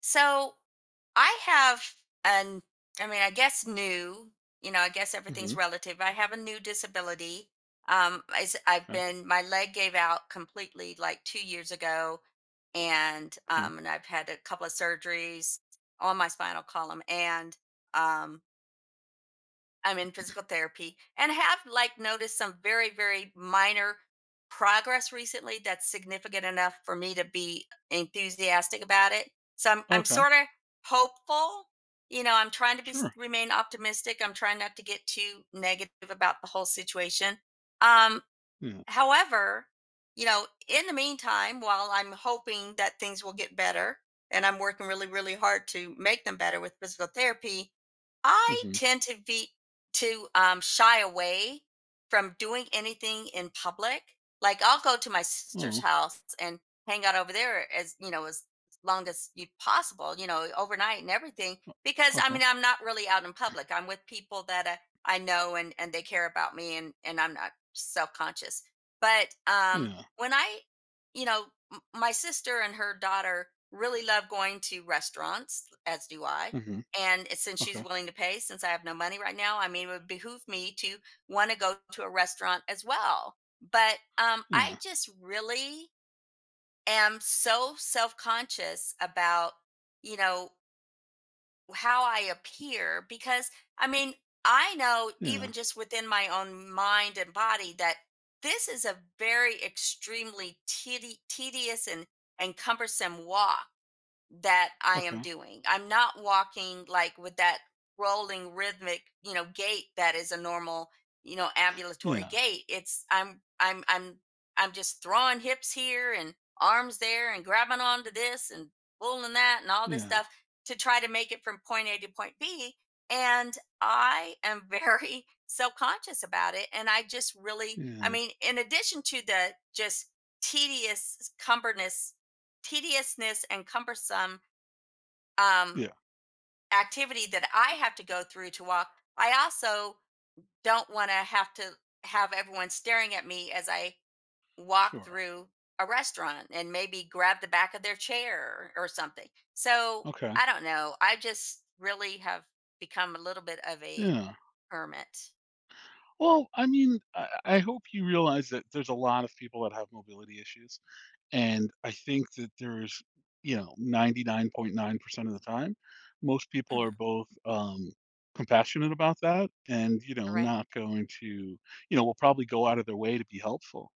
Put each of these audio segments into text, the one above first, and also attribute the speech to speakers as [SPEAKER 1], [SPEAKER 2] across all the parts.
[SPEAKER 1] So I have an, I mean, I guess new, I guess everything's
[SPEAKER 2] Mhm.
[SPEAKER 1] relative. I have a new disability. It's, I've
[SPEAKER 2] 'Kay,
[SPEAKER 1] been, my leg gave out completely like 2 years ago. And,
[SPEAKER 2] 'kay.
[SPEAKER 1] um, and I've had a couple of surgeries on my spinal column. Um, I'm in physical therapy and have like noticed some very, very minor progress recently that's significant enough for me to be enthusiastic about it. So I'm
[SPEAKER 2] Okay, okay.
[SPEAKER 1] sort of hopeful. You know, I'm trying to be
[SPEAKER 2] Sure.
[SPEAKER 1] remain optimistic. I'm trying not to get too negative about the whole situation. Um,
[SPEAKER 2] Yeah.
[SPEAKER 1] However, you know, in the meantime, while I'm hoping that things will get better and I'm working really, really hard to make them better with physical therapy, I
[SPEAKER 2] Mhm.
[SPEAKER 1] tend to be to shy away from doing anything in public. Like I'll go to my sister's
[SPEAKER 2] Oh,
[SPEAKER 1] house and hang out over there as you know as long as you possible, you know, overnight and everything. Because I
[SPEAKER 2] okay.
[SPEAKER 1] mean, I'm not really out in public. I'm with people that I know and they care about me, and I'm not self conscious. But
[SPEAKER 2] Yeah.
[SPEAKER 1] when I, you know, my sister and her daughter really love going to restaurants, as do I.
[SPEAKER 2] Mhm.
[SPEAKER 1] And since she's
[SPEAKER 2] Okay.
[SPEAKER 1] willing to pay, since I have no money right now, I mean, it would behoove me to want to go to a restaurant as well. But I
[SPEAKER 2] Yeah.
[SPEAKER 1] just really am so self conscious about, you know, how I appear because I mean, I know
[SPEAKER 2] Yeah.
[SPEAKER 1] even just within my own mind and body that this is a very extremely tedious and cumbersome walk that I am
[SPEAKER 2] Okay.
[SPEAKER 1] doing. I'm not walking like with that rolling rhythmic, you know, gait that is a normal, you know, ambulatory
[SPEAKER 2] Yeah.
[SPEAKER 1] gait. It's I'm just throwing hips here and arms there and grabbing onto this and pulling that and all this
[SPEAKER 2] Yeah.
[SPEAKER 1] stuff to try to make it from point A to point B. And I am very self-conscious about it. And I just really, I
[SPEAKER 2] Yeah.
[SPEAKER 1] mean, in addition to the just tedious cumberness tediousness and cumbersome um,
[SPEAKER 2] Yeah.
[SPEAKER 1] activity that I have to go through to walk. I also don't want to have everyone staring at me as I walk
[SPEAKER 2] Sure.
[SPEAKER 1] through a restaurant and maybe grab the back of their chair or something. So
[SPEAKER 2] Okay.
[SPEAKER 1] I don't know. I just really have become a little bit of a
[SPEAKER 2] Yeah.
[SPEAKER 1] hermit.
[SPEAKER 2] Well, I mean, I hope you realize that there's a lot of people that have mobility issues, and I think that there's, you know, 99.9% of the time, most people are
[SPEAKER 1] Mhm,
[SPEAKER 2] both, compassionate about that and, you know,
[SPEAKER 1] right,
[SPEAKER 2] not going to will probably go out of their way to be helpful.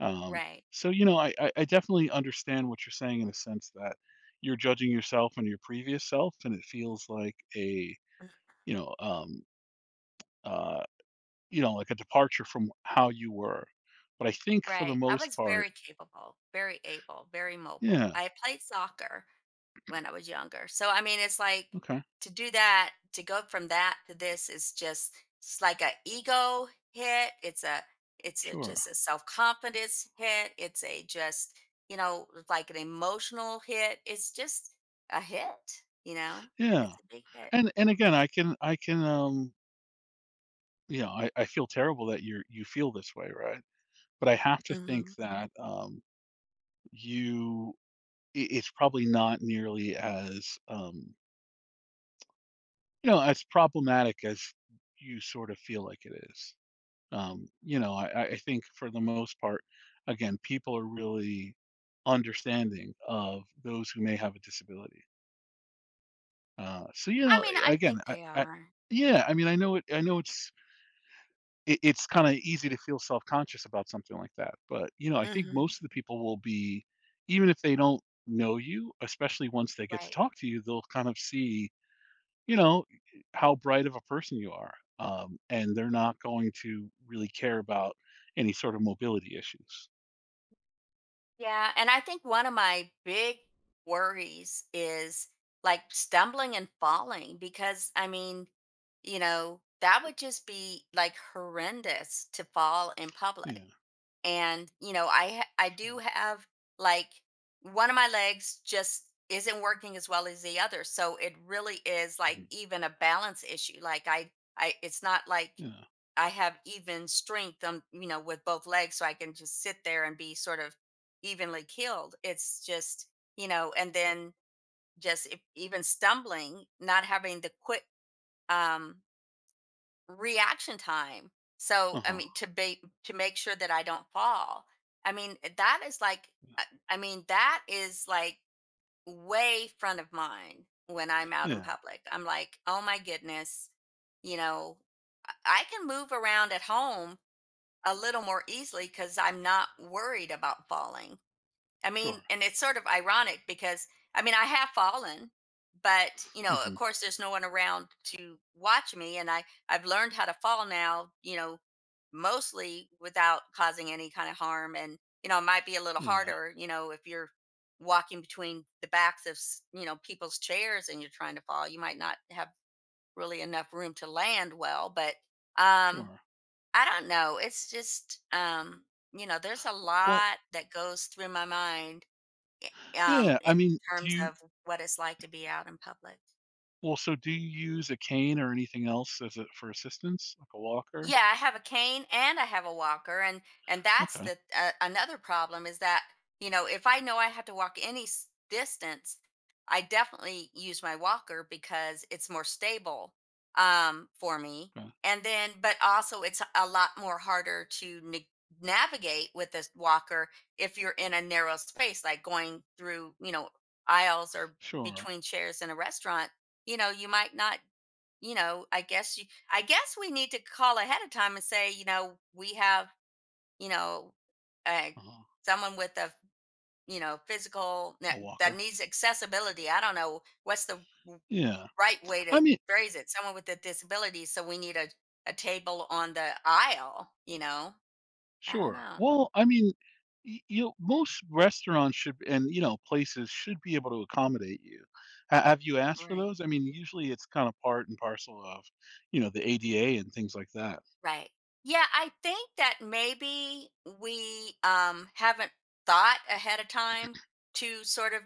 [SPEAKER 2] Um,
[SPEAKER 1] right,
[SPEAKER 2] so you know, I definitely understand what you're saying in a sense that you're judging yourself and your previous self, and it feels like a
[SPEAKER 1] mhm.
[SPEAKER 2] you know um, uh, you know like a departure from how you were. But I think for the
[SPEAKER 1] Right. I
[SPEAKER 2] most
[SPEAKER 1] was
[SPEAKER 2] part,
[SPEAKER 1] very capable, very able, very mobile.
[SPEAKER 2] yeah,
[SPEAKER 1] I played soccer when I was younger. So I mean, it's like
[SPEAKER 2] okay,
[SPEAKER 1] to do that, to go from that to this is just it's like a ego hit. It's a
[SPEAKER 2] sure,
[SPEAKER 1] just a self confidence hit. It's a just you know like an emotional hit. It's just a hit. You know,
[SPEAKER 2] yeah.
[SPEAKER 1] it's a big hit.
[SPEAKER 2] And again, I can you know I feel terrible that you feel this way, right? But I have to think
[SPEAKER 1] Hmm.
[SPEAKER 2] that you it's probably not nearly as you know, as problematic as you sort of feel like it is. You know, I think for the most part, again, people are really understanding of those who may have a disability. So you
[SPEAKER 1] I
[SPEAKER 2] know,
[SPEAKER 1] mean,
[SPEAKER 2] a-
[SPEAKER 1] I think
[SPEAKER 2] again,
[SPEAKER 1] they are.
[SPEAKER 2] yeah, I mean, I know it. I know it's kind of easy to feel self conscious about something like that, but you know, I think
[SPEAKER 1] Hmm.
[SPEAKER 2] most of the people will be, even if they don't know you, especially once they get to
[SPEAKER 1] Right.
[SPEAKER 2] talk to you, they'll kind of see you know, how bright of a person you are. And they're not going to really care about any sort of mobility issues.
[SPEAKER 1] Yeah, and I think one of my big worries is like stumbling and falling because I mean, you know, that would just be like horrendous to fall in public
[SPEAKER 2] Yeah,
[SPEAKER 1] and you know I do
[SPEAKER 2] sure.
[SPEAKER 1] have like one of my legs just isn't working as well as the other, so it really is like
[SPEAKER 2] Mhm.
[SPEAKER 1] even a balance issue like i it's not like
[SPEAKER 2] Yeah.
[SPEAKER 1] I have even strength you know with both legs so I can just sit there and be sort of evenly killed, it's just you know and then just if, even stumbling not having the quick um reaction time. So I
[SPEAKER 2] Uh-huh.
[SPEAKER 1] mean to be to make sure that I don't fall. That is like I I mean that is like way front of mind when I'm out in
[SPEAKER 2] Yeah,
[SPEAKER 1] public. I'm like, "Oh my goodness, you know, I can move around at home a little more easily cuz I'm not worried about falling." I
[SPEAKER 2] sure.
[SPEAKER 1] mean, and it's sort of ironic because I mean, I have fallen, but you know, of
[SPEAKER 2] Hmm.
[SPEAKER 1] course, there's no one around to watch me, and I've learned how to fall now. You know, mostly without causing any kind of harm, and you know, it might be a little
[SPEAKER 2] Yeah,
[SPEAKER 1] harder. You know, if you're walking between the backs of you know people's chairs and you're trying to fall, you might not have really enough room to land well. But um,
[SPEAKER 2] sure.
[SPEAKER 1] I don't know. It's just you know, there's a
[SPEAKER 2] Well,
[SPEAKER 1] lot that goes through my mind
[SPEAKER 2] yeah, I
[SPEAKER 1] in
[SPEAKER 2] mean, do
[SPEAKER 1] terms
[SPEAKER 2] you
[SPEAKER 1] of what it's like to be out in public.
[SPEAKER 2] well, so do you use a cane or anything else as a for assistance, like a walker?
[SPEAKER 1] Yeah, I have a cane and I have a walker, and that's
[SPEAKER 2] Okay.
[SPEAKER 1] the another problem is that you know if I know I have to walk any distance, I definitely use my walker because it's more stable for me.
[SPEAKER 2] Okay.
[SPEAKER 1] And then, but also it's a lot more harder to navigate with this walker if you're in a narrow space, like going through you know aisles or
[SPEAKER 2] Sure.
[SPEAKER 1] between chairs in a restaurant. You know, you might not you know, I guess you, I guess we need to call ahead of time and say, you know, we have, you know, uh,
[SPEAKER 2] Uh-huh.
[SPEAKER 1] someone with a, you know, physical that
[SPEAKER 2] A
[SPEAKER 1] that
[SPEAKER 2] walker.
[SPEAKER 1] needs accessibility. I don't know what's the
[SPEAKER 2] Yeah.
[SPEAKER 1] right way to
[SPEAKER 2] I mean,
[SPEAKER 1] phrase it. Someone with a disability, so we need a table on the aisle. You know, I don't
[SPEAKER 2] sure.
[SPEAKER 1] know.
[SPEAKER 2] Well, I mean, you know, most restaurants should and you know places should be able to accommodate you. Have you asked for
[SPEAKER 1] Right.
[SPEAKER 2] those? I mean, usually it's kind of part and parcel of, you know, the ADA and things like that.
[SPEAKER 1] Right. Yeah, I think that maybe we haven't thought ahead of time to sort of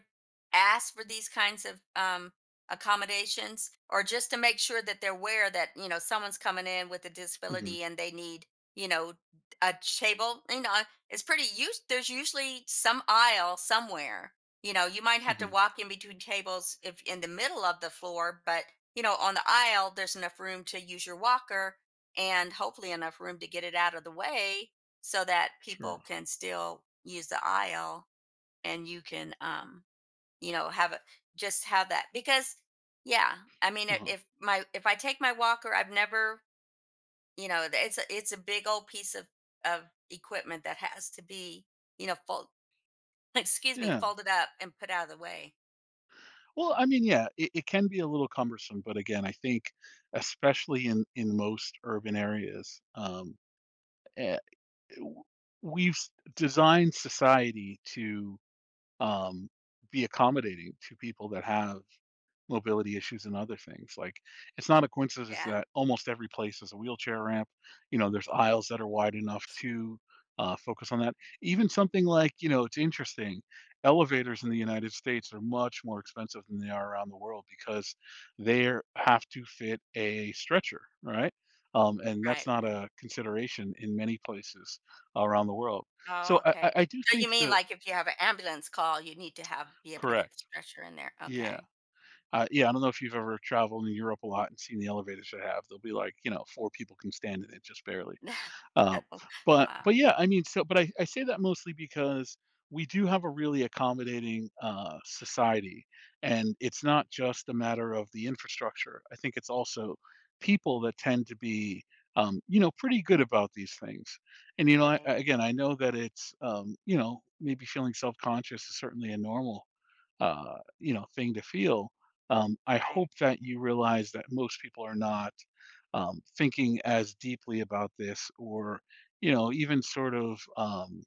[SPEAKER 1] ask for these kinds of accommodations or just to make sure that they're aware that, you know, someone's coming in with a
[SPEAKER 2] Hmm.
[SPEAKER 1] disability and they need, you know, a table. You know, it's pretty used. There's usually some aisle somewhere. You know, you might have to
[SPEAKER 2] Hmm.
[SPEAKER 1] walk in between tables if in the middle of the floor, but, you know, on the aisle, there's enough room to use your walker and hopefully enough room to get it out of the way so that people
[SPEAKER 2] Sure.
[SPEAKER 1] can still use the aisle and you can you know have it just have that because yeah
[SPEAKER 2] Uh-huh.
[SPEAKER 1] if my if I take my walker I've never you know it's a big old piece of equipment that has to be you know fold excuse me
[SPEAKER 2] Yeah.
[SPEAKER 1] folded up and put out of the way
[SPEAKER 2] Well, I mean, yeah, it can be a little cumbersome, but again, I think especially in most urban areas, eh, w- we've s- designed society to um, be accommodating to people that have mobility issues and other things. Like, it's not a coincidence
[SPEAKER 1] yeah
[SPEAKER 2] that almost every place is a wheelchair ramp. You know, there's aisles that are wide enough to focus on that. Even something like, you know, it's interesting. Elevators in the United States are much more expensive than they are around the world because they have to fit a stretcher, right? And
[SPEAKER 1] right
[SPEAKER 2] that's not
[SPEAKER 1] right
[SPEAKER 2] a consideration in many places around the world.
[SPEAKER 1] oh
[SPEAKER 2] So I, I
[SPEAKER 1] okay
[SPEAKER 2] I do
[SPEAKER 1] so you
[SPEAKER 2] think
[SPEAKER 1] mean
[SPEAKER 2] that.
[SPEAKER 1] like if you have an ambulance call you need to have be able to get the
[SPEAKER 2] Correct.
[SPEAKER 1] stretcher in there
[SPEAKER 2] Yeah.
[SPEAKER 1] okay
[SPEAKER 2] Yeah, I don't know if you've ever traveled in Europe a lot and seen the elevators they have. They'll be like, you know, four people can stand in it just barely. Um, but
[SPEAKER 1] Wow,
[SPEAKER 2] but yeah, I mean, so but I say that mostly because we do have a really accommodating, society, and it's not just a matter of the infrastructure. I think it's also people that tend to be, you know, pretty good about these things. And, you know,
[SPEAKER 1] right,
[SPEAKER 2] again, I know that it's, you know, maybe feeling self-conscious is certainly a normal you know, thing to feel. I
[SPEAKER 1] right,
[SPEAKER 2] hope that you realize that most people are not thinking as deeply about this, or you know, even sort of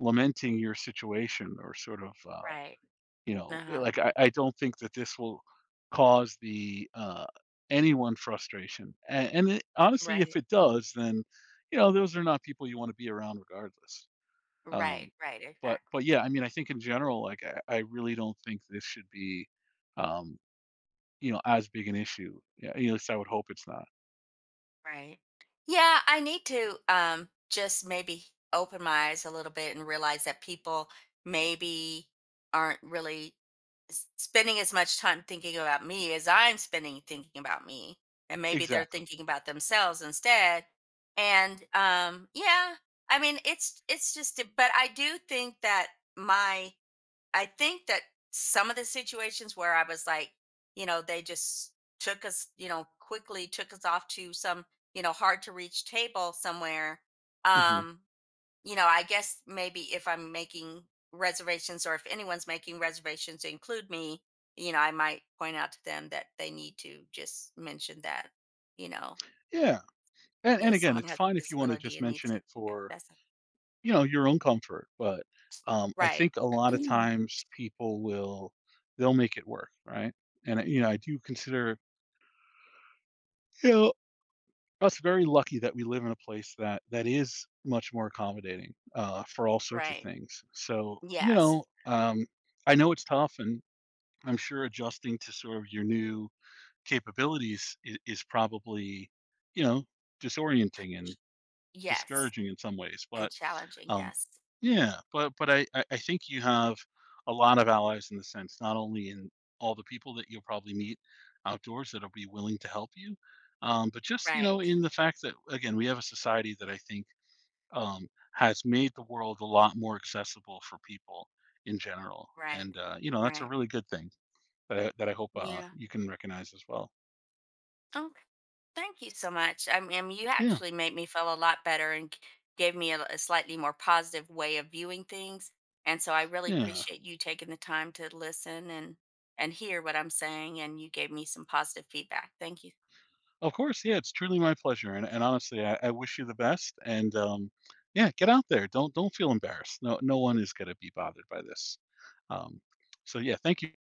[SPEAKER 2] lamenting your situation, or sort of
[SPEAKER 1] right.
[SPEAKER 2] you know,
[SPEAKER 1] Uh-huh.
[SPEAKER 2] like I don't think that this will cause the anyone frustration. And it, honestly, if
[SPEAKER 1] Right.
[SPEAKER 2] it does, then you know, those are not people you want to be around, regardless.
[SPEAKER 1] Right,
[SPEAKER 2] Um,
[SPEAKER 1] right,
[SPEAKER 2] but
[SPEAKER 1] exactly.
[SPEAKER 2] but yeah, I mean, I think in general, like I really don't think this should be, um, you know, as big an issue. Yeah, at least I would hope it's not.
[SPEAKER 1] Right. Yeah, I need to just maybe open my eyes a little bit and realize that people maybe aren't really spending as much time thinking about me as I'm spending thinking about me. And maybe they're
[SPEAKER 2] Exactly.
[SPEAKER 1] thinking about themselves instead. And yeah, I mean it's just but I do think that my I think that some of the situations where I was like, you know, they just took us, you know, quickly took us off to some, you know, hard to reach table somewhere.
[SPEAKER 2] Hmm.
[SPEAKER 1] Um, you know, I guess maybe if I'm making reservations or if anyone's making reservations to include me, you know, I might point out to them that they need to just mention that, you know,
[SPEAKER 2] Yeah, and
[SPEAKER 1] yes,
[SPEAKER 2] again,
[SPEAKER 1] someone
[SPEAKER 2] it's
[SPEAKER 1] has
[SPEAKER 2] fine
[SPEAKER 1] a
[SPEAKER 2] if you want to
[SPEAKER 1] disability
[SPEAKER 2] just
[SPEAKER 1] and needs
[SPEAKER 2] mention
[SPEAKER 1] to.
[SPEAKER 2] it for
[SPEAKER 1] That's
[SPEAKER 2] you know your own comfort, but I
[SPEAKER 1] right.
[SPEAKER 2] think a lot of times people will they'll make it work, right? And you know, I do consider you know. Us very lucky that we live in a place that is much more accommodating for all sorts of
[SPEAKER 1] Right.
[SPEAKER 2] things. So you
[SPEAKER 1] Yes.
[SPEAKER 2] know, I know it's tough, and I'm sure adjusting to sort of your new capabilities is probably you know disorienting and
[SPEAKER 1] Yes.
[SPEAKER 2] discouraging in some ways.
[SPEAKER 1] And
[SPEAKER 2] But
[SPEAKER 1] challenging.
[SPEAKER 2] um,
[SPEAKER 1] Yes.
[SPEAKER 2] yeah, but I think you have a lot of allies in the sense, not only in all the people that you'll probably meet outdoors that'll be willing to help you, but just you know
[SPEAKER 1] Right,
[SPEAKER 2] in the fact that again we have a society that I think um, has made the world a lot more accessible for people in general,
[SPEAKER 1] right,
[SPEAKER 2] and you know that's a
[SPEAKER 1] right.
[SPEAKER 2] really good thing that that I hope
[SPEAKER 1] Yeah.
[SPEAKER 2] you can recognize as well.
[SPEAKER 1] Okay. Thank you so much. I mean, you
[SPEAKER 2] Yeah,
[SPEAKER 1] actually made me feel a lot better and gave me a slightly more positive way of viewing things. And so I really
[SPEAKER 2] yeah.
[SPEAKER 1] appreciate you taking the time to listen and hear what I'm saying. And you gave me some positive feedback. Thank you.
[SPEAKER 2] Of course, yeah, it's truly my pleasure, and honestly, I wish you the best, and, yeah, get out there, don't feel embarrassed, no one is gonna be bothered by this, um, so yeah, thank you